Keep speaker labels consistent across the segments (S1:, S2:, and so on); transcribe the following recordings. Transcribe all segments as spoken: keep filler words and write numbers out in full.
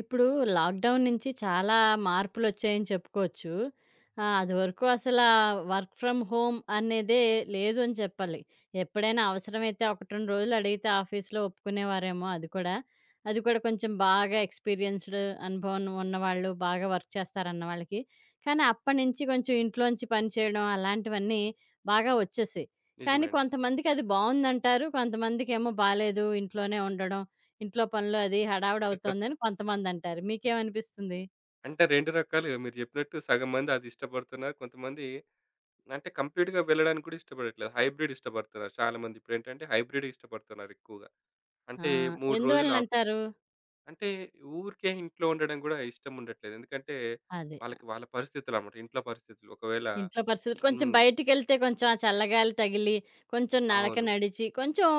S1: ఇప్పుడు లాక్‌డౌన్ నుంచి చాలా మార్పులొచ్చాయని చెప్పుకోవచ్చు. ఆహ్, అదివరకు అసల వర్క్ ఫ్రమ్ హోమ్ అనేదే లేదు అని చెప్పాలి. ఎప్పుడైనా అవసరమైతే ఒకటి, రెండు రోజులు అడిగితే ఆఫీస్‌లో ఒప్పుకునేవారేమో అది కూడా. అది కూడా కొంచెం బాగా ఎక్స్‌పీరియన్స్‌డ్ అనుభవం ఉన్నవాళ్ళు, బాగా వర్క్ చేస్తారన్న వాళ్ళకి. కానీ అప్పటినుంచి కొంచెం ఇంట్లోంచి పని చేయడం అలాంటివన్నీ బాగా వచ్చేసాయి.
S2: నిజమే
S1: కానీ
S2: అండి.
S1: కొంతమందికి అది బావుందంటారు. కొంతమందికేమో బాలేదు. ఇంట్లోనే ఉండడం ఇంట్లో పనులు అది హడావిడవుతోందని కొంతమందంటారు. మీకేమనిపిస్తుంది?
S2: అంటే రెండు రకాలుగా మీరు జెప్పినట్టు సగం మంది అది ఇష్టపడుతున్నారు. కొంతమంది అంటే కంప్లీట్‌గా వెళ్ళడానికి గూడా ఇష్టపడట్లేదు. హైబ్రిడ్ ఇష్టపడుతున్నారు చాలా మంది. ఇప్పుడేంటంటే హైబ్రిడ్ ఇష్టపడుతున్నారు ఎక్కువగా.
S1: ఆ!
S2: అంటే మూడు రోజులు ఆఫ్
S1: ఎందువలనంటారు?
S2: అంటే ఊరికే ఇంట్లో ఉండడం గూడా ఇష్టం ఉండట్లేదు. ఎందుకంటే
S1: అదే.
S2: వాళ్ళకి వాళ్ళ పరిస్థితులన్నమాట. ఇంట్లో పరిస్థితులు. ఒకవేళ
S1: ఇంట్లో పరిస్థితులు కొంచెం
S2: హ్మ్.
S1: బయటికెళ్తే కొంచెం ఆ చల్లగాలి తగిలి, కొంచెం నడక
S2: అవును.
S1: నడిచి, కొంచెం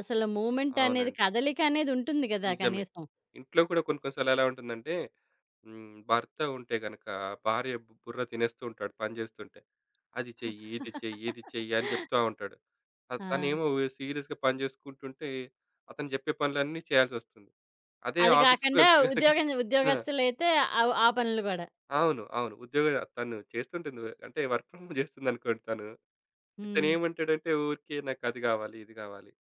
S1: అసలు మూవ్‌మెంటనేది
S2: అవునండి.
S1: కదలికనేది ఉంటుంది గదా!
S2: నిజమే.
S1: కనీసం.
S2: ఇంట్లో కూడా కొన్ని కొన్ని సార్లు ఎలా ఉంటుందంటే హ్మ్. భర్త ఉంటే గనక భార్య బు బుర్ర తినేస్తూ ఉంటాడు పని చేస్తుంటే. అది చెయ్యి, ఇది చెయ్యి, ఇది చెయ్యి అని చెప్తా ఉంటాడు. అ
S1: ఆ!
S2: తనేమో సీరియస్‌గా పని చేసుకుంటుంటే అతను చెప్పే పనులన్నీ చేయాల్సొస్తుంది. అదే
S1: అది
S2: ఆఫీస్‌కి
S1: కాకుండా
S2: వెళ్తే గనక
S1: ఉద్యోగం
S2: ఆ!
S1: ఉద్యోగస్తులైతే అవ్ ఆ ఆ పనులు గూడా.
S2: అవును. అవును. ఉద్యోగం తను చేస్తుంటుంది. అంటే వర్క్ ఫ్రమ్ హోమ్ చేస్తుందనుకోండి తను.
S1: హ్మ్.
S2: ఇతనేమంటాడంటే ఊరికే నాకు అది కావాలి, ఇది కావాలి.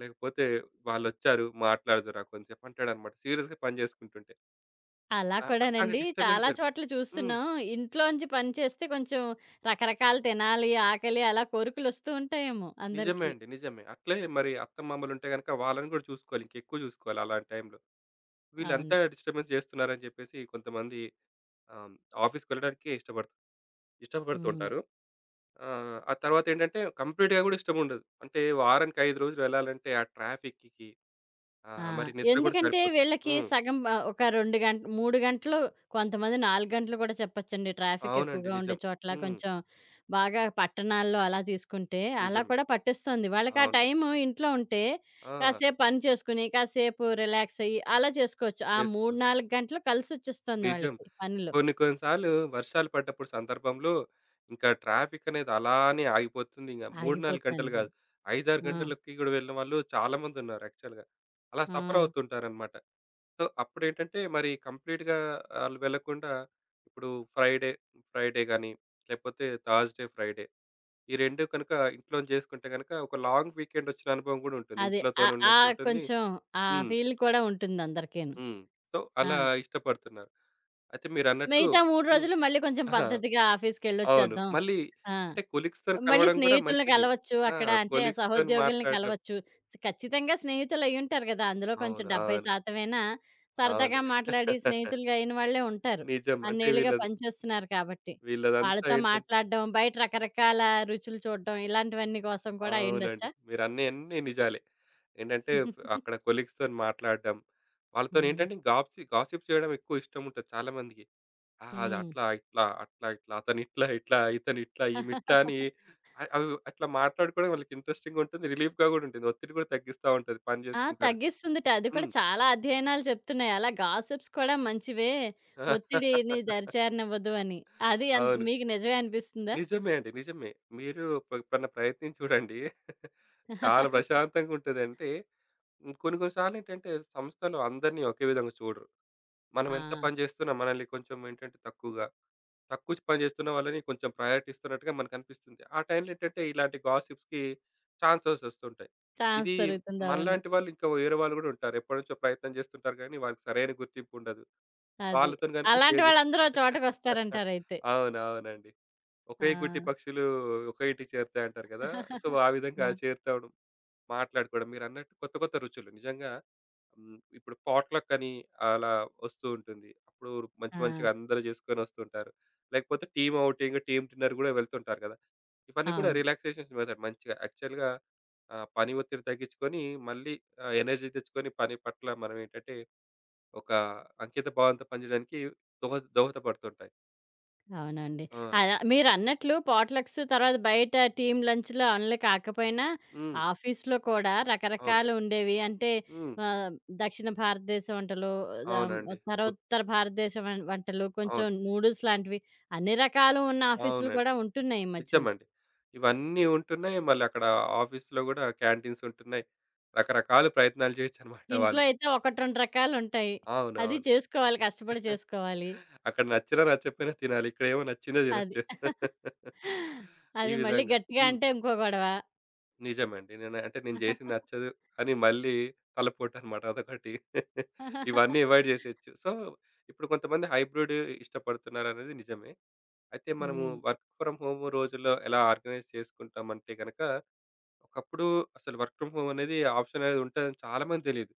S2: లేకపోతే వాళ్ళొచ్చారు మాట్లాడుదురా కొంతసేపు అంటాడన్నమాట. సీరియస్‌గా పని చేసుకుంటుంటే.
S1: అలా
S2: అ అట్లాంటి
S1: కూడానండి.
S2: డిస్టర్బెన్స్
S1: చాలా
S2: జరు
S1: చోట్ల
S2: హ్మ్.
S1: చూస్తున్నాం. ఇంట్లోంచి పని చేస్తే కొంచెం రకరకాలు తినాలి, ఆకలి అలా కోరికలొస్తూ ఉంటాయేమో
S2: నిజమే
S1: అందరికీ.
S2: అండి. నిజమే. అట్లే మరి అత్తమామలుంటే గనక వాళ్ళని గూడా చూసుకోవాలి. ఇంకెక్కువ చూసుకోవాలి అలాంటి టైంలో.
S1: అవును.
S2: వీళ్ళంతా డిస్టర్బెన్స్ చేస్తున్నారని జెప్పేసి కొంతమంది ఆహ్, ఆఫీస్‌కెళ్ళడానికే ఇష్టపడు ఇష్టపడుతూ
S1: హ్మ్.
S2: ఉంటారు. ఆహ్, ఆ తర్వాతేంటంటే కంప్లీట్‌గా గూడా ఇష్టముండదు. అంటే వారానికి ఐదు రోజులు వెళ్ళాలంటే ఆ ట్రాఫిక్‌కి
S1: ఆ!
S2: ఆహ్, మరి నిద్ర గూడా
S1: ఎందుకంటే
S2: సరిపోదు.
S1: వీళ్ళకి
S2: హ్మ్.
S1: సగం ఆహ్, ఒక రెండు గంట మూడు గంటలు కొంతమంది నాలుగు గంటలు కూడా చెప్పొచ్చండి. ట్రాఫిక్
S2: అవునండి.
S1: ఎక్కువగా ఉండే
S2: నిజం.
S1: చోట్ల
S2: హ్మ్.
S1: కొంచెం బాగా పట్టణాల్లో అలా తీసుకుంటే అలా
S2: నిజమే.
S1: కూడా పట్టేస్తుంది. వాళ్ళకి ఆ
S2: అవును.
S1: టైము ఇంట్లో ఉంటే
S2: ఆ!
S1: కాసేపు పని చేసుకుని, కాసేపు రిలాక్స్ అయ్యి అలా చేసుకోవచ్చు. ఆ మూడు,
S2: చేసుకోవచ్చు.
S1: నాలుగు గంటలు కలిసొచ్చేస్తుంది
S2: నిజం.
S1: వాళ్ళకి పనిలో.
S2: కొన్ని కొన్ని సార్లు వర్షాలు పడ్డప్పుడు సందర్భంలో ఇంకా ట్రాఫిక్ అనేది అలానే ఆగిపోతుంది. ఇంక మూడు, నాలుగు గంటలు
S1: ఆగిపోతుందండి
S2: కాదు.
S1: బాబు.
S2: ఐదు, ఆరు
S1: ఆ!
S2: గంటలకి కూడా వెళ్ళిన వాళ్ళు చాలామంది ఉన్నారు యాక్చువల్‌గా. అలా
S1: ఆ!
S2: సఫర్ అవుతుంటారనమాట. సో, అప్పుడేంటంటే మరి కంప్లీట్‌గా ఆళ్ళు వెళ్ళకుండా ఇప్పుడు ఫ్రైడే, ఫ్రైడే గాని, లేకపోతే థర్స్‌డే, ఫ్రైడే ఈ రెండు కనుక ఇంట్లోనే చేసుకుంటే గనుక ఒక లాంగ్ వీకెండ్ వచ్చిన అనుభవం కూడా ఉంటుంది.
S1: అదే. ఆ
S2: ఇంట్లోతోనే
S1: ఆ
S2: ఉన్నట్టుంటుంది.
S1: కొంచెం ఆ
S2: హ్మ్.
S1: ఫీల్ కూడా ఉంటుంది అందరికీను.
S2: హ్మ్. సో,
S1: ఆ!
S2: అలా ఇష్టపడుతున్నారు. అయితే మీరన్నట్టు
S1: మిగతా మూడు
S2: హ్మ్.
S1: రోజులు మళ్ళీ కొంచెం
S2: ఆ!
S1: పద్ధతిగా
S2: అవును.
S1: ఆఫీస్‌కెళ్ళొచ్చేద్దాం.
S2: మళ్ళీ
S1: ఆ!
S2: అంటే కొలీగ్స్‌తోని
S1: మళ్ళీ
S2: కలవడం కూడా
S1: స్నేహితుల్ని
S2: మంచిది.
S1: కలవచ్చు.
S2: ఆ!
S1: అక్కడ అంటే
S2: కొలీగ్స్‌తోని
S1: సహోద్యోగుల్ని
S2: మాట్లాడడం.
S1: కలవచ్చు. ఖచ్చితంగా స్నేహితులయ్యుంటారు గదా! అందులో కొంచెం
S2: అవును. అవును.
S1: డెబ్బై శాతం అయినా
S2: అవును.
S1: సరదాగా మాట్లాడి స్నేహితులుగా అయిన వాళ్ళే ఉంటారు.
S2: నిజం. అంటే
S1: అన్నేళ్లుగా
S2: వీళ్ళది
S1: పనిచేస్తున్నారు కాబట్టి.
S2: వీళ్ళదంతా
S1: వాళ్ళతో
S2: ఏంటంటే
S1: మాట్లాడడం, బయట రకరకాల రుచులు చూడడం ఇలాంటివన్నీ కోసం కూడా
S2: అవునండి.
S1: అయ్యుండొచ్చా?
S2: మీరన్నీ అన్నీ అన్నీ నిజాలే. ఏంటంటే ఫ్ అక్కడ కొలీగ్స్‌తోని మాట్లాడడం, వాళ్ళతోని
S1: హ్మ్.
S2: ఏంటంటే గాప్సి గాసిప్ చేయడం ఎక్కువ ఇష్టం ఉంటది చాలా మందికి. ఆ! అది
S1: హ్మ్.
S2: అట్లా, ఇట్లా, అట్లా, ఇట్లా, అతను ఇట్లా, ఇట్లా, ఇతను ఇట్లా, ఈమె ఇట్లా అని అ అవి అట్లా మాట్లాడుకోవడం వాళ్ళకి ఇంట్రెస్టింగ్‌గా ఉంటుంది. రిలీఫ్‌గా గూడా ఉంటుంది. ఒత్తిడి కూడా తగ్గిస్తా ఉంటది. పని
S1: ఆ!
S2: జేసుకుంటారు.
S1: తగ్గిస్తుందిట. అది కూడా
S2: హ్మ్.
S1: చాలా అధ్యయనాలు చెప్తున్నాయి. అలా గాసిప్స్ కూడా మంచివే. ఒత్తిడిని దరిచేరనివ్వదు అని. అది ఎన్
S2: అవును.
S1: మీకు నిజమే అనిపిస్తుందా?
S2: నిజమే అండి. నిజమే. మీరు ప ఎప్పుడన్నా ప్రయత్నించి చూడండి. చాలా ప్రశాంతంగా ఉంటదంటే హ్మ్, కొన్ని కొన్ని సార్లేంటంటే సంస్థలో అందరిని ఒకే విధంగా చూడరు. మనం
S1: ఆ!
S2: ఎంత పని చేస్తున్నా మనల్ని కొంచెం ఏంటంటే తక్కువగా, తక్కువ పని చేస్తున్న వాళ్ళని కొంచెం ప్రయారిటీ ఇస్తున్నట్టుగా మనకనిపిస్తుంది. ఆ టైంలో ఏంటంటే ఇలాంటి గాసిప్స్‌కి ఛాన్సెస్ వస్తుంటాయి.
S1: ఛాన్స్
S2: ఇది
S1: దొరుకుతుంది. అవును.
S2: మనలాంటి వాళ్ళు ఇంకా వేరే వాళ్ళు గూడా ఉంటారు. ఎప్పటినుంచో ప్రయత్నం చేస్తుంటారు కానీ వాళ్ళకి సరైన గుర్తింపు ఉండదు.
S1: అది.
S2: వాళ్ళతోని గనుక
S1: అలాంటి
S2: షేర్ చేస్తే
S1: వాళ్ళందరూ ఓ చోటకొస్తారంటారయితే.
S2: అవును. అవునండి.
S1: ఆ!
S2: ఒకే గుట్టి పక్షులు ఒకే ఇంటికి చేరుతాయి అంటారు కదా! సో, ఆ విధంగా
S1: ఆ!
S2: చేరుతవడం, మాట్లాడుకోవడం మీరన్నట్టు కొత్త కొత్త రుచులు నిజంగా హ్మ్. ఇప్పుడు పాట్‌లక్ అని అలా వస్తూ ఉంటుంది. అప్పుడు మంచి
S1: ఆ!
S2: మంచిగా అందరూ చేసుకొని వస్తుంటారు. లేకపోతే టీమ్ ఔటింగ్, టీమ్ డిన్నర్ గూడా వెళ్తుంటారు కదా! ఇవన్నీ కూడా
S1: అవును.
S2: రిలాక్సేషన్స్ మెథడ్ మంచిగా యాక్చువల్‌గా ఆహ్, పని ఒత్తిడి తగ్గించుకొని మళ్ళీ ఆహ్, ఎనర్జీ తెచ్చుకొని పని పట్ల మనం ఏంటంటే ఒక అంకిత భావంతో పనిచేయడానికి దోహ దోహదపడుతుంటాయి.
S1: అవునండి.
S2: ఆ!
S1: అలా మీరన్నట్లు పాట్‌లక్స్ తర్వాత బయట టీమ్ లంచ్‌లు అన్లీ కాకపోయినా,
S2: హ్మ్.
S1: ఆఫీస్‌లో కూడా
S2: అవును.
S1: రకరకాలు ఉండేవి. అంటే
S2: హ్మ్.
S1: ఆహ్, దక్షిణ భారతదేశ వంటలు, ఆహ్,
S2: అవునండి.
S1: ఉత్తరోత్తర భారతదేశ వం వంటలు, కొంచెం
S2: అవును.
S1: నూడిల్స్ లాంటివి అన్ని రకాలు ఉన్న ఆఫీసులు
S2: అవునండి.
S1: కూడా ఉంటున్నాయి ఈ మధ్యన.
S2: నిజమండి. ఇవన్నీ ఉంటున్నాయి. మళ్ళీ అక్కడ ఆఫీస్‌లో గూడా క్యాంటీన్స్ ఉంటున్నాయి. రకరకాల ప్రయత్నాలు చేయొచ్చనమాట
S1: ఇంట్లో
S2: వాళ్ళు.
S1: అయితే ఒకటి, రెండు రకాలుంటాయి. అది
S2: అవునవును.
S1: చేసుకోవాలి కష్టపడి చేసుకోవాలి.
S2: అక్కడ నచ్చినా నచ్చకపోయినా తినాలి. ఇక్కడేమో నచ్చిందే
S1: అది.
S2: తినొచ్చు. ఈ
S1: అది మళ్ళీ
S2: విధంగా.
S1: గట్టిగా
S2: హ్మ్.
S1: అంటే ఇంకో గొడవ.
S2: నిజమండి. నేను అంటే నేను జేసింది నచ్చదు అని మళ్ళీ తలపోటనమాట అదొకటి. ఇవన్నీ అవాయిడ్ జేసేయొచ్చు. సో, ఇప్పుడు కొంతమంది హైబ్రిడ్ ఇష్టపడుతున్నారనేది నిజమే. అయితే మనము
S1: హ్మ్.
S2: వర్క్ ఫ్రమ్ హోమ్ రోజుల్లో ఎలా ఆర్గనైజ్ చేసుకుంటామంటే గనక ఒకప్పుడు అసలు వర్క్ ఫ్రమ్ హోమ్ అనేది ఆప్షన్ అనేది ఉంటదని చాలా మంది తెలీదు.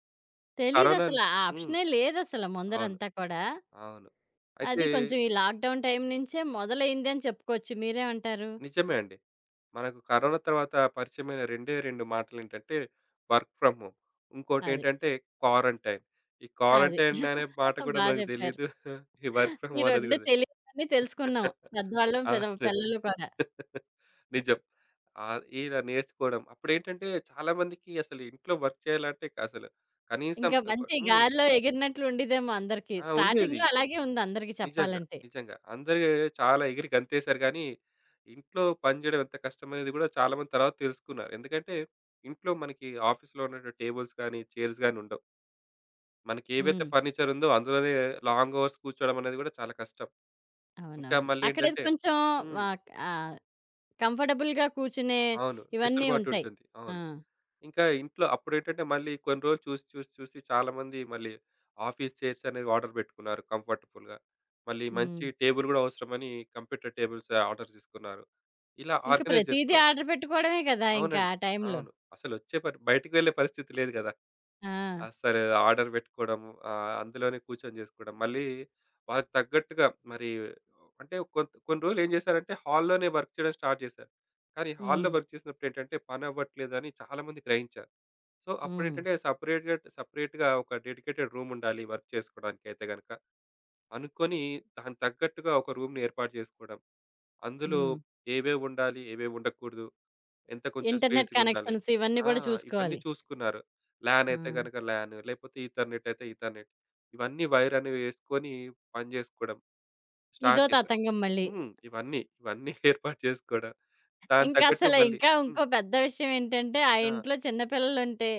S2: కరోనా
S1: తెలీదసల. ఆ
S2: హ్మ్.
S1: ఆప్షనే లేదసల
S2: అవును.
S1: ముందరంతా కూడా.
S2: అవును. అయితే
S1: అది కొంచెం ఈ లాక్‌డౌన్ టైం నుంచే మొదలైందని చెప్పుకోవచ్చు. మీరేమంటారు?
S2: నిజమే అండి. మనకు కరోనా తర్వాత పరిచయమైన రెండే రెండు మాటలేంటంటే వర్క్ ఫ్రమ్ హోమ్.
S1: అది.
S2: ఇంకోటేంటంటే క్వారంటైన్. ఈ
S1: అది.
S2: క్వారంటైన్ అనే మాట కూడా
S1: బా
S2: మనకు
S1: జెప్పారు.
S2: తెలీదు. ఈ వర్క్ ఫ్రమ్
S1: ఈ
S2: హోమ్ అనేది
S1: రెండు
S2: కూడా తెలీదు.
S1: తెలియనివన్నీ తెలుసుకున్నాం. పెద్దవాళ్ళం, పెద
S2: అవును.
S1: పిల్లలు కూడా.
S2: నిజం. ఆహ్, ఇలా నేర్చుకోవడం. అప్పుడేంటంటే చాలా మందికి అసలు ఇంట్లో వర్క్ చేయాలంటే అసలు కనీసం
S1: ఇంకా
S2: ఒక
S1: మంచి
S2: హ్మ్.
S1: గాలిలో ఎగిరినట్లు ఉండేదేమో అందరికి.
S2: ఆ! ఉండేది.
S1: స్టార్టింగ్‌లో అలాగే ఉంది అందరికి
S2: నిజంగా.
S1: చెప్పాలంటే.
S2: నిజంగా. అందరూ చాలా ఎగిరి గంతేసారు గానీ, ఇంట్లో పని జేయడం ఎంత కష్టమనేది గూడా చాలామంది తర్వాత తెలుసుకున్నారు. ఎందుకంటే, ఇంట్లో మనకి ఆఫీస్‌లో ఉన్నట్టు టేబుల్స్ గానీ, చైర్స్ గానీ ఉండవు. మనకేవైతే
S1: హ్మ్.
S2: ఫర్నిచర్ ఉందో అందులోనే లాంగ్ అవర్స్ కూర్చోవడం అనేది గూడా చాలా కష్టం. ఇంకా
S1: అవునవును. అక్కడది
S2: మళ్ళేంటంటే
S1: కొంచెం
S2: హ్మ్.
S1: ఆహ్, ఆహ్, కంఫర్టబుల్‌గా కూర్చునే
S2: అవును.
S1: ఇవన్నీ ఉంటాయి.
S2: వెసులుబాటుంటుంది.
S1: ఆ!
S2: అవును. ఇంకా ఇంట్లో అప్పుడేంటంటే మళ్ళీ కొన్ని రోజులు చూసి చూసి చూసి చాలామంది మళ్ళీ ఆఫీస్ చైర్స్ అనేవి ఆర్డర్ పెట్టుకున్నారు కంఫర్టబుల్‌గా. మళ్ళీ మంచి
S1: హ్మ్.
S2: టేబుల్ గూడా అవసరమని కంప్యూటర్ టేబుల్స్ ఆర్డర్ తీసుకున్నారు. ఇలా
S1: ఇంక
S2: ఆర్గనైజ్
S1: ప్రతీదీ
S2: చేసుకున్నారు.
S1: ఆర్డర్ పెట్టుకోవడమే కదా! ఇంకా
S2: అవునండి.
S1: ఆ టైంలో.
S2: అవును. అసలొచ్చే పరి బయటికి వెళ్ళే పరిస్థితి లేదు గదా!
S1: ఆ!
S2: అసలు ఆర్డర్ పెట్టుకోవడం ఆహ్, అందులోనే కూర్చొని చేసుకోవడం. మళ్ళీ వాళ్ళకి తగ్గట్టుగా మరి అంటే కొంత కొన్ని రోజులు ఏం చేశారంటే హాల్లోనే వర్క్ చేయడం స్టార్ట్ చేశారు. కానీ హాల్‌లో
S1: హ్మ్.
S2: వర్క్ చేసినప్పుడు ఏంటంటే పని అవ్వట్లేదని చాలామంది గ్రహించారు. సో,
S1: హ్మ్.
S2: అప్పుడేంటంటే సెపరేట్‌గా సెపరేట్‌గా ఒక డెడికేటెడ్ రూమ్ ఉండాలి వర్క్ చేసుకోవడానికైతే గనక. అనుకోని దానికి తగ్గట్టుగా ఒక రూమ్‌ని ఏర్పాటు చేసుకోవడం. అందులో
S1: హ్మ్.
S2: ఏవేవి ఉండాలి, ఏవేవి ఉండకూడదు, ఎంత కొంచెం
S1: ఇంటర్నెట్
S2: స్పేస్‌గా ఉండాలి.
S1: కనెక్షన్స్ ఇవన్నీ
S2: ఆ!
S1: కూడా
S2: ఇవన్నీ
S1: చూసుకోవాలి.
S2: చూసుకున్నారు. లాన్
S1: ఆ!
S2: అయితే గనక లాన్ లేకపోతే ఈథర్‌నెట్ అయితే ఈథర్‌నెట్. ఇవన్నీ వైర్ అనేవి వేసుకొని పని చేసుకోవడం
S1: ఇదో
S2: స్టార్ట్ చేశారు.
S1: తతంగం మళ్ళీ.
S2: హ్మ్. ఇవన్నీ, ఇవన్నీ ఏర్పాటు చేసుకోవడం. దానికి తగ్గట్టు
S1: ఇంకసల
S2: మళ్ళీ
S1: ఇంకా
S2: హ్మ్.
S1: ఇంకో పెద్ద విషయం ఏంటంటే, ఆ
S2: ఆ!
S1: ఇంట్లో చిన్న పిల్లలుంటే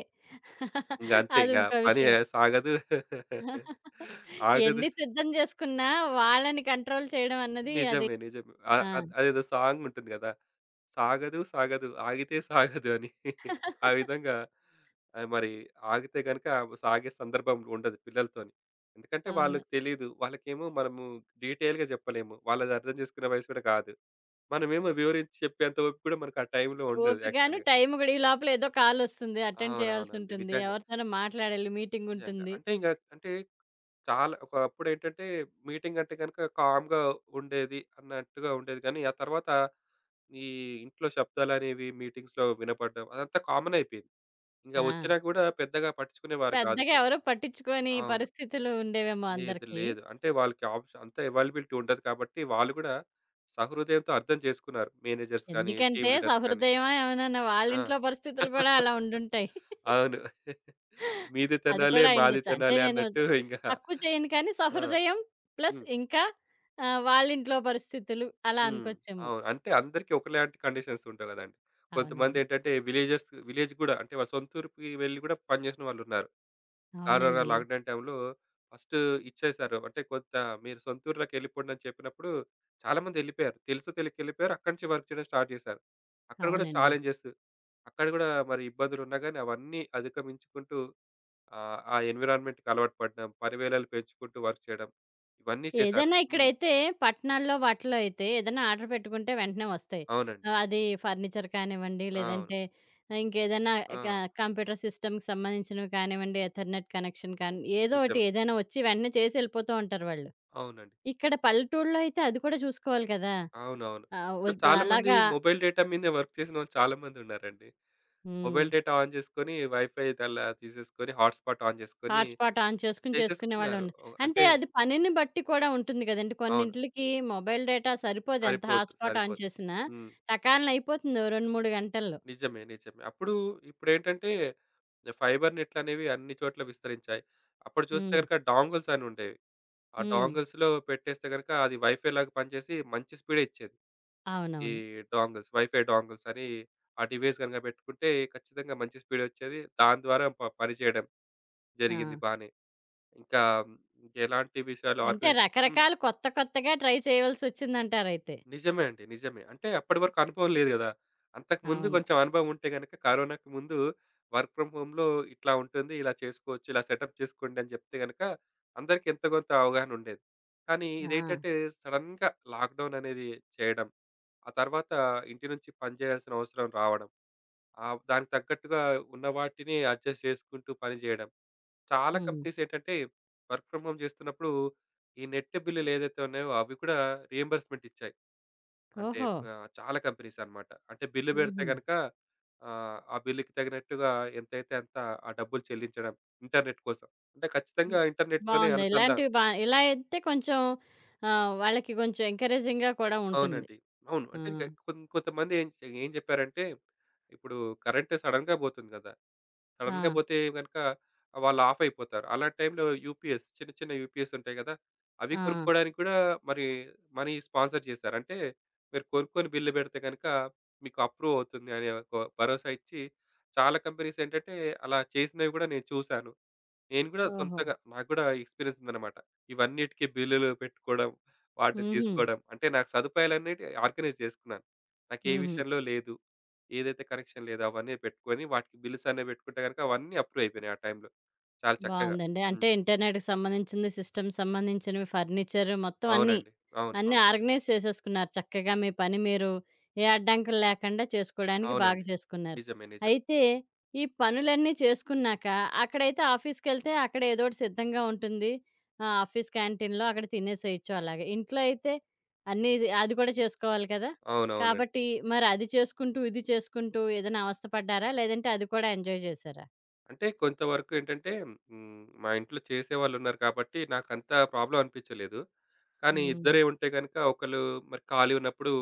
S2: ఇంగ అంతే
S1: అది
S2: ఇంగ
S1: ఇంకో
S2: పని
S1: విషయం.
S2: సాగదు. ఆగదు.
S1: ఎన్ని సిద్ధం చేసుకున్నా వాళ్ళని కంట్రోల్ చేయడం అన్నది అది.
S2: నిజమే. నిజమే. అ
S1: ఆ!
S2: అద్ అదేదో సాంగ్ ఉంటుంది గదా! సాగదు, సాగదు ఆగితే సాగదు అని. ఆ విధంగా ఆహ్, మరి ఆగితే గనుక సాగే సందర్భం ఉండదు పిల్లలతోని. ఎందుకంటే
S1: అవును.
S2: వాళ్ళకి తెలీదు. వాళ్ళకేమో మనము డీటెయిల్‌గా చెప్పలేము. వాళ్ళది అర్థం చేసుకునే వయసు కూడా కాదు. మనమేమో వివరించి చెప్పేంత ఓపిక కూడా మనకు ఆ టైంలో ఉండదు
S1: ఓపికను,
S2: యాక్చువల్‌గా.
S1: టైం కూడా. ఈ లోపల ఏదో కాలొస్తుంది. అటెండ్
S2: అవునవునండి.
S1: చేయాల్సుంటుంది.
S2: నిజంగా.
S1: ఎవరితోనో మాట్లాడాలి.
S2: నిజంగా.
S1: మీటింగుంటుంది.
S2: అంటే ఇంక అంటే చాలా ఒకప్పుడేంటంటే మీటింగ్ అంటే గనుక కామ్‌గా ఉండేది అన్నట్టుగా ఉండేది. కానీ ఆ తర్వాత ఈ ఇంట్లో శబ్దాలనేవి మీటింగ్స్‌లో వినపడడం అదంతా కామన్ అయిపోయింది. ఇంక
S1: ఆ!
S2: వచ్చినా కూడా పెద్దగా పట్టించుకునేవారు
S1: పెద్దగా
S2: కాదిప్పుడు.
S1: ఎవరు పట్టించుకోని
S2: అవును.
S1: పరిస్థితులు ఉండేవేమో
S2: లేదు
S1: అందరికి.
S2: లేదు. అంటే వాళ్ళకి ఆప్షన్ అంత అవైలబిలిటీ ఉండదు కాబట్టి వాళ్ళు కూడా సహృదయంతో అర్థం చేసుకున్నారు. మేనేజర్స్ కానీ,
S1: ఎందుకంటే
S2: టీమ్ లీడర్స్ కానీ.
S1: సహృదయమా ఏమన్నానా
S2: ఆ!
S1: వాళ్ళింట్లో పరిస్థితులు కూడా అలా ఉండుంటాయి.
S2: అవును. మీది
S1: అది
S2: తినాలి,
S1: కూడా
S2: మాది
S1: అయ్యుండొచ్చు. అంటే
S2: తినాలి
S1: నేను త
S2: అన్నట్టు ఇంగా.
S1: తక్కువ చేయను కానీ
S2: ఆ!
S1: సహృదయం ప్లస్
S2: హ్మ్.
S1: ఇంకా ఆహ్, వాళ్ళింట్లో పరిస్థితులు అలా
S2: హ్మ్.
S1: అనుకోవచ్చేమో.
S2: అవును. అంటే అందరికీ ఒకలాంటి కండిషన్స్ ఉండవు గదండీ. కొంతమంది
S1: అవునవును.
S2: ఏంటంటే విలేజెస్ విలేజ్ గూడా అంటే వాళ్ళ సొంత ఊరికి వెళ్లి గూడా పనిజేసిన వాళ్ళున్నారు. కరోనా
S1: అవునండి.
S2: లాక్‌డౌన్ టైమ్‌లో ఫస్ట్ ఇచ్చేశారు. అంటే కొంత మీరు సొంత ఊర్లోకెళ్ళిపోండి అని చెప్పినప్పుడు చాలామంది ఎళ్ళిపోయారు. తెలుసో తెలియకో ఎళ్ళిపోయారు. అక్కడి నుంచి వర్క్ చేయడం స్టార్ట్ చేశారు. అక్కడ గూడా
S1: అవునండి.
S2: ఛాలెంజెస్ అక్కడ గూడా మరి ఇబ్బందులున్నా గానీ అవన్నీ అధిగమించుకుంటూ ఆహ్, ఆ ఎన్విరాన్మెంట్‌కి అలవాటు పడడం, పనివేళలు పెంచుకుంటూ వర్క్ చేయడం ఇవన్నీ చేశారు.
S1: ఏదైనా
S2: హ్మ్.
S1: ఇక్కడైతే పట్టణాల్లో వాటిలో అయితే ఏదైనా ఆర్డర్ పెట్టుకుంటే వెంటనే వస్తాయి.
S2: అవునండి.
S1: ఆహ్, అది ఫర్నిచర్ కానివ్వండి,
S2: అవును.
S1: లేదంటే ఇంకేదైనా
S2: ఆ!
S1: క కంప్యూటర్ సిస్టమ్‌కి సంబంధించినవి కానివ్వండి, ఎథర్నెట్ కనెక్షన్ కానీ ఏదో ఒకటి
S2: నిజమే.
S1: ఏదైనా వచ్చి వెంటనే చేసి ఎళ్ళిపోతూ ఉంటారు వాళ్ళు.
S2: అవునండి.
S1: ఇక్కడ పల్లెటూరులో అయితే అది కూడా చూసుకోవాలి కదా!
S2: అవునవును.
S1: ఆహ్,
S2: అసలు
S1: వద్
S2: చాలామంది
S1: అలాగా.
S2: మొబైల్ డేటా మీదనే వర్క్ చేసినోళ్ళు చాలామంది ఉన్నారండి.
S1: హ్మ్.
S2: మొబైల్ డేటా ఆన్ చేసుకొని, వైఫై అలా తీసేసుకొని, హాట్‌స్పాట్ ఆన్ చేసుకొని
S1: హాట్‌స్పాట్ ఆన్ చేసుకొని
S2: చేసేసుకున్నారు.
S1: చేసుకునేవాళ్ళుండ్.
S2: ఓహ్!
S1: అంటే
S2: అంటే
S1: అది పనిని బట్టి కూడా ఉంటుంది గదండీ.
S2: అవును.
S1: కొన్నింట్లకి మొబైల్ డేటా సరిపోదు ఎంత
S2: సరిపోద్దు.
S1: Hotspot on
S2: సరిపోద్దు.
S1: చేసినా.
S2: హ్మ్.
S1: టకాల్న అయిపోతుంది ఓ రెండు, మూడు గంటల్లో.
S2: నిజమే. నిజమే. అప్పుడు ఇప్పుడేంటంటే ఫైబర్ నెట్‌లనేవి అన్ని చోట్ల విస్తరించాయి. అప్పుడు చూస్తే
S1: హ్మ్.
S2: గనుక డాంగిల్స్ అని ఉండేవి. ఆ
S1: హ్మ్.
S2: డాంగిల్స్‌లో పెట్టేస్తే గనుక అది వైఫై లాగా పనిచేసి మంచి స్పీడే ఇచ్చేది. ఈ
S1: అవునవును.
S2: డోంగిల్స్, వైఫై డోంగిల్స్ అని ఆ డివైస్ గనక పెట్టుకుంటే ఖచ్చితంగా మంచి స్పీడ్ వచ్చేది. దాని ద్వారా ప పని చేయడం
S1: ఆ!
S2: జరిగింది బానే. ఇంకా మ్, ఎలాంటి విషయాలు
S1: అంటే
S2: ఆర్గనైజ్ హ్మ్.
S1: రకరకాల కొత్త కొత్తగా ట్రై చేయవలసొచ్చిందంటారైతే.
S2: నిజమే అండి. నిజమే. అంటే అప్పటి వరకు అనుభవం లేదు గదా! అంతకుముందు
S1: అవును.
S2: కొంచెం అనుభవం ఉంటే గనక కరోనాకి ముందు వర్క్ ఫ్రమ్ హోమ్‌లో ఇట్లా ఉంటుంది. ఇలా చేసుకోవచ్చు. ఇలా సెటప్ చేసుకోండి అని చెప్తే గనక అందరికి ఎంతో కొంత అవగాహన ఉండేది. కానీ
S1: ఆ!
S2: ఇదేంటంటే సడెన్‌గా లాక్‌డౌన్ అనేది చేయడం. ఆ తర్వాత ఇంటి నుంచి పని చేయాల్సిన అవసరం రావడం. ఆ దానికి తగ్గట్టుగా ఉన్న వాటిని అడ్జస్ట్ చేసుకుంటూ పని చేయడం. చాలా
S1: హ్మ్.
S2: కంపెనీస్ ఏంటంటే వర్క్ ఫ్రమ్ హోమ్ చేస్తున్నప్పుడు ఈ నెట్ బిల్లులు ఏదైతే ఉన్నాయో అవి కూడా రీయింబర్స్‌మెంట్ ఇచ్చాయి. అంటే
S1: ఓహో!
S2: ఆహ్, చాలా కంపెనీస్ అన్నమాట. అంటే బిల్లు పెడితే
S1: హుహు.
S2: గనుక ఆహ్, ఆ బిల్లుకి తగినట్టుగా ఎంతైతే అంత ఆ డబ్బులు చెల్లించడం ఇంటర్నెట్ కోసం. అంటే ఖచ్చితంగా
S1: హ్మ్.
S2: ఇంటర్నెట్‌తోనే
S1: బావుంది.
S2: అనుసంధానం
S1: ఇలాంటివి బా ఇలా అయితే కొంచెం ఆహ్, వాళ్ళకి కొంచెం ఎంకరేజింగ్‌గా కూడా ఉంటుంది.
S2: అవునండి. అవును.
S1: ఆ!
S2: అంటే ఇంక కొం కొంతమంది ఏం చె- ఏం చెప్పారంటే ఇప్పుడు కరెంట్ సడెన్‌గా పోతుంది కదా! సడెన్‌గా
S1: ఆ!
S2: పోతే గనుక వాళ్ళు ఆఫ్ అయిపోతారు. అలాంటి టైంలో యూపీఎస్ చిన్న చిన్న యూపీఎస్ ఉంటాయి కదా! అవి
S1: ఆ!
S2: కొనుక్కోవడానికి కూడా మరి మనీ స్పాన్సర్ చేశారు. అంటే మీరు కొనుక్కొని బిల్ పెడితే గనుక మీకు అప్రూవ్ అవుతుంది అనే ఒక భరోసా ఇచ్చి చాలా కంపెనీస్ ఏంటంటే అలా చేసినవి కూడా నేను చూసాను. నేను కూడా
S1: ఓహో!
S2: సొంతంగా నాకు కూడా ఎక్స్‌పీరియన్స్ ఉందన్నమాట. ఇవన్నిటికి బిల్లులు పెట్టుకోవడం, వాటిని
S1: హుహు.
S2: తీసుకోవడం అంటే నాకు సదుపాయాలన్నిటి ఆర్గనైజ్ చేసుకున్నాను. నాకు ఏ
S1: హుహు.
S2: విషయంలో లేదు. ఏదైతే కనెక్షన్ లేదో అవన్నీ పెట్టుకొని వాటికి బిల్స్ అనేవి పెట్టుకుంటే గనుక అవన్నీ అప్రూవ్ అయిపోయినాయి ఆ టైంలో. చాలా చక్కగా.
S1: బావుందండి.
S2: హ్మ్.
S1: అంటే ఇంటర్నెట్‌కి సంబంధించింది, సిస్టమ్ సంబంధించినవి, ఫర్నిచర్ మొత్తం అన్నీ,
S2: అవునండి. అవును.
S1: అన్నీ
S2: అవును.
S1: ఆర్గనైజ్ చేసేసుకున్నారు. చక్కగా మీ పని మీరు ఏ అడ్డంకులు లేకుండా చేసుకోవడానికి బాగా
S2: అవునండి.
S1: చేసుకున్నారు.
S2: నిజమే. నిజమే.
S1: అయితే ఈ పనులన్నీ చేసుకున్నాక అక్కడైతే ఆఫీస్‌కెళ్తే అక్కడ ఏదోటి సిద్ధంగా ఉంటుంది. ఆ! ఆఫీస్ క్యాంటీన్‌లో అక్కడ తినేసేయొచ్చు అలాగే. ఇంట్లో అయితే అన్నీ అది కూడా చేసుకోవాలి కదా!
S2: అవునవునండి.
S1: కాబట్టి మరి అది చేసుకుంటూ, ఇది చేసుకుంటూ ఏదైనా అవస్థ పడ్డారా? లేదంటే అది కూడా ఎంజాయ్ చేశారా?
S2: అంటే కొంతవరకు ఏంటంటే హ్మ్. మా ఇంట్లో చేసేవాళ్ళున్నారు కాబట్టి నాకంత ప్రాబ్లమ్ అనిపించలేదు. కానీ
S1: హ్మ్.
S2: ఇద్దరే ఉంటే గనుక ఒకళ్ళు మరి ఖాళీ ఉన్నప్పుడు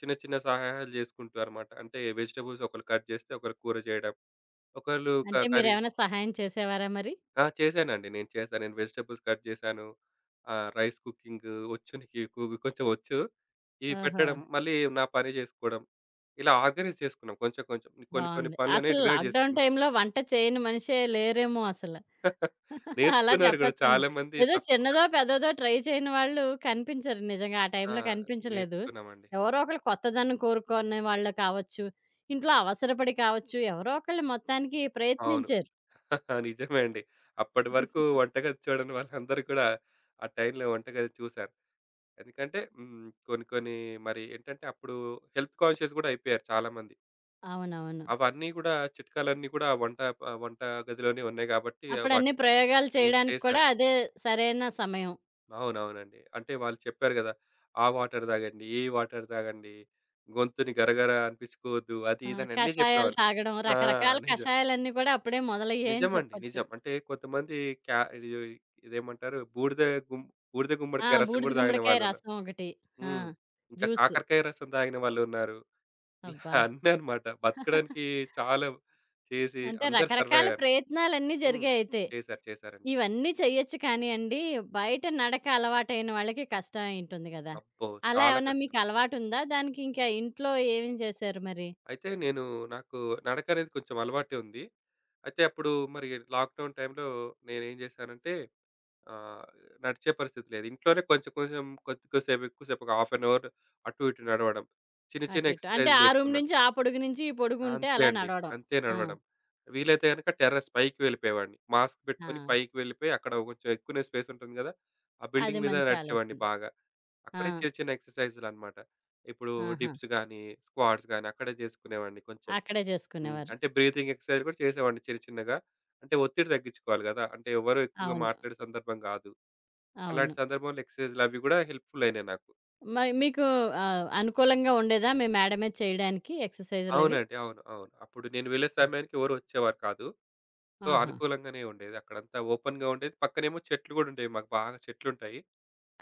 S2: చిన్న చిన్న సహాయాలు చేసుకుంటూ అన్నమాట. అంటే వెజిటబుల్స్ ఒకళ్ళు కట్ చేస్తే ఒకళ్ళు కూర చేయడం. ఒకళ్ళు క
S1: అంటే
S2: కర్రీ
S1: మీరేమైనా సహాయం చేసేవారా మరి?
S2: ఆ! చేశానండి. నేను చేశాను. నేను వెజిటబుల్స్ కట్ చేశాను. ఆహ్, రైస్ కుకింగ్ వచ్చు నీకు కు కొంచెం వచ్చు. ఇవి
S1: ఓహో!
S2: పెట్టడం మళ్ళీ నా పని చేసుకోవడం. ఇలా ఆర్గనైజ్ చేసుకున్నాం కొంచెం కొంచెం. కొన్ని కొన్ని
S1: బావుంది.
S2: పనులనే
S1: అసలు
S2: డివైడ్
S1: లాక్‌డౌన్
S2: చేసుకున్నాం.
S1: టైమ్‌లో వంట చేయని మనిషే లేరేమో అసల. అలా
S2: నేర్చుకున్నారు కూడా
S1: చెప్పొచ్చేమో.
S2: చాలామంది
S1: ఏదో
S2: తప్పక.
S1: చిన్నదో, పెద్దదో ట్రై చేయని వాళ్ళు కనిపించరు నిజంగా. ఆ
S2: ఆ!
S1: టైమ్‌లో కనిపించలేదు.
S2: నేర్చుకున్నామండి.
S1: ఎవరో ఒకళ్ళు కొత్తదనం కోరుకునే వాళ్ళు కావచ్చు, ఇంట్లో అవసరపడి కావచ్చు, ఎవరో ఒకళ్ళు మొత్తానికి
S2: అవును.
S1: ప్రయత్నించారు.
S2: నిజమే అండి. అప్పటి వరకు వంటగది చూడని వాళ్ళందరూ కూడా ఆ టైంలో వంటగది చూసారు. ఎందుకంటే హ్మ్. కొన్ని కొన్ని మరి ఏంటంటే అప్పుడు హెల్త్ కాన్షియస్ గూడా అయిపోయారు చాలామంది.
S1: అవునవును.
S2: అవన్నీ గూడా చిట్కాలన్నీ కూడా వంట ప వంట గదిలోనే ఉన్నాయి గాబట్టి
S1: అప్పుడన్ని
S2: వాటి
S1: ప్రయోగాలు
S2: హ్మ్.
S1: చేయడానికి కూడా
S2: చేశారు.
S1: అదే సరైన సమయం.
S2: అవునవునండి. అంటే వాళ్ళు చెప్పారు గదా! ఆ వాటర్ తాగండి, ఈ వాటర్ తాగండి, గొంతుని గరగర అనిపించుకోవద్దు అది
S1: ఆ!
S2: ఇది అని అన్నీ
S1: కషాయాలు
S2: చెప్పేవాళ్ళు.
S1: తాగడం,
S2: ఆ!
S1: రకరకాల
S2: నిజం.
S1: కషాయాలన్నీ కూడా అప్పుడే మొదలయ్యాయని
S2: నిజమండి.
S1: చెప్పొచ్చు.
S2: నిజం. అంటే కొంతమంది క్యా ఇది ఇదేమంటారు? బూడిద గుమ్ బూడిద
S1: ఆ!
S2: గుమ్మడికాయ రసం
S1: బూడిద
S2: గూడా తాగిన
S1: గుమ్మడికాయ
S2: వాళ్ళున్నారు.
S1: రసం ఒకటి. ఆ!
S2: హ్మ్. ఇంకా
S1: జ్యూస్.
S2: కాకరకాయ రసం తాగిన వాళ్ళున్నారు. ఇలా
S1: అబ్బా!
S2: అన్నీ అన్నమాట. బతకడానికి చాలా చేసి
S1: అంటే
S2: అందరూ సర్వైవ్
S1: రకరకాల
S2: అయ్యారు.
S1: ప్రయత్నాలన్నీ
S2: హ్మ్.
S1: జరిగాయయితే.
S2: చేశారు. చేశారండి.
S1: ఇవన్నీ చెయ్యొచ్చు కానియండి, బయట నడక అలవాటైన వాళ్ళకి కష్టమై ఉంటుంది గదా!
S2: అబ్బో!
S1: అలా
S2: చాలా
S1: ఏమన్నా
S2: కష్టం.
S1: మీకు అలవాటుందా? దానికి ఇంకా ఇంట్లో ఏమి చేశారు మరి?
S2: అయితే నేను నాకు నడకనేది కొంచెం అలవాటే ఉంది. అయితే అప్పుడు మరి లాక్‌డౌన్ టైంలో నేనేం చేశానంటే ఆ! నడిచే పరిస్థితి లేదు. ఇంట్లోనే కొంచెం కొంచెం కొద్దిసేపు ఎక్కువసేపు ఒక హాఫ్ అన్ అవర్ అటు ఇటు నడవడం. చిన్న
S1: అటు
S2: చిన్న
S1: ఇటు. అంటే
S2: ఎక్సర్‌సైజ్‌లు
S1: ఆ రూమ్
S2: చేస్తున్నా.
S1: నుంచి ఆ పొడుగు నుంచి ఈ పొడుగుంటే
S2: అంతే
S1: అలా
S2: అండి.
S1: నడవడం.
S2: అంతే
S1: ఆ!
S2: నడవడం. వీలైతే గనుక టెర్రస్ పైకి వెళ్ళిపోయేవాడిని. మాస్క్
S1: ఆ!
S2: పెట్టుకొని పైకి వెళ్ళిపోయి అక్కడ కొంచెం ఎక్కువనే స్పేస్ ఉంటుంది గదా! ఆ
S1: అది
S2: బిల్డింగ్ మీద
S1: మంచి
S2: నడిచేవాడిని
S1: ఆలోచన.
S2: బాగా.
S1: ఆ!
S2: అక్కడే చిన్న చిన్న ఎక్సర్‌సైజ్‌లు అన్నమాట. ఇప్పుడు
S1: ఆహా!
S2: డిప్స్ గాని, స్క్వాట్స్ గాని అక్కడే చేసుకునేవాడిని కొంచెం.
S1: అక్కడే
S2: హ్మ్.
S1: చేసుకునేవారు.
S2: అంటే బ్రీతింగ్ ఎక్సర్‌సైజ్ కూడా చేసేవాడిని చిన్న చిన్నగా. అంటే ఒత్తిడి తగ్గించుకోవాలి గదా! అంటే ఎవరు ఎక్కువగా
S1: అవును.
S2: మాట్లాడే సందర్భం గాదు.
S1: అవును.
S2: అలాంటి సందర్భంలో ఎక్సర్‌సైజ్‌లవి గూడా హెల్ప్‌ఫులయినాయి నాకు.
S1: మరి మీకు ఆహ్, అనుకూలంగా ఉండేదా? మీ మేడమే చేయడానికి ఎక్సర్‌సైజులవి?
S2: అవునండి. అవును. అవును. అప్పుడు నేను వెళ్ళే సమయానికి ఎవరు వచ్చేవారు కాదు. సో,
S1: ఆహా!
S2: అనుకూలంగానే ఉండేది. అక్కడంతా ఓపెన్‌గా ఉండేది. పక్కనేమో చెట్లు గూడా ఉండేవి. మాకు బాగా చెట్లుంటాయి.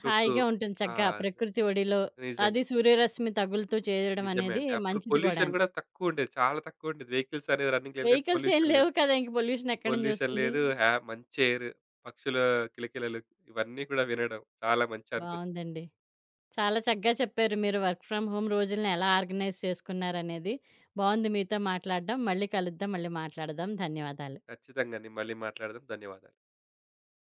S2: చుట్టూ
S1: హాయిగా ఉంటుంది
S2: ఆ!
S1: చక్కగా ప్రకృతి ఒడిలో,
S2: నిజంగా.
S1: అది సూర్యరశ్మి తగులుతూ చేయడం
S2: నిజమే
S1: అనేది
S2: అండి. అప్పుడు
S1: మంచిది
S2: పొల్యూషన్
S1: గూడాను.
S2: గూడా తక్కువుండేది. చాలా తక్కువుండేది. వెహికల్స్ అనేది రన్నింగ్ లేదు కాబట్టి
S1: వెహికల్స్ ఏం
S2: పొల్యూషన్ లేదు.
S1: లేవు కదా! ఇంక పొల్యూషన్ ఎక్కడి నుంచి
S2: పొల్యూషన్
S1: వస్తుంది?
S2: లేదు. హ్యా మంచి ఎయిర్, పక్షుల కిలకిలలు ఇవన్నీ కూడా వినడం చాలా మంచి అనుభూతి.
S1: బావుందండి. చాలా చక్కగా చెప్పారు. మీరు వర్క్ ఫ్రమ్ హోమ్ రోజులను ఎలా ఆర్గనైజ్ చేసుకున్నారనేది. బావుంది మీతో మాట్లాడడం. మళ్ళీ కలుద్దాం. మళ్ళీ మాట్లాడదాం. ధన్యవాదాలు.
S2: ఖచ్చితంగా అండి. మళ్ళీ మాట్లాడదాం. ధన్యవాదాలు.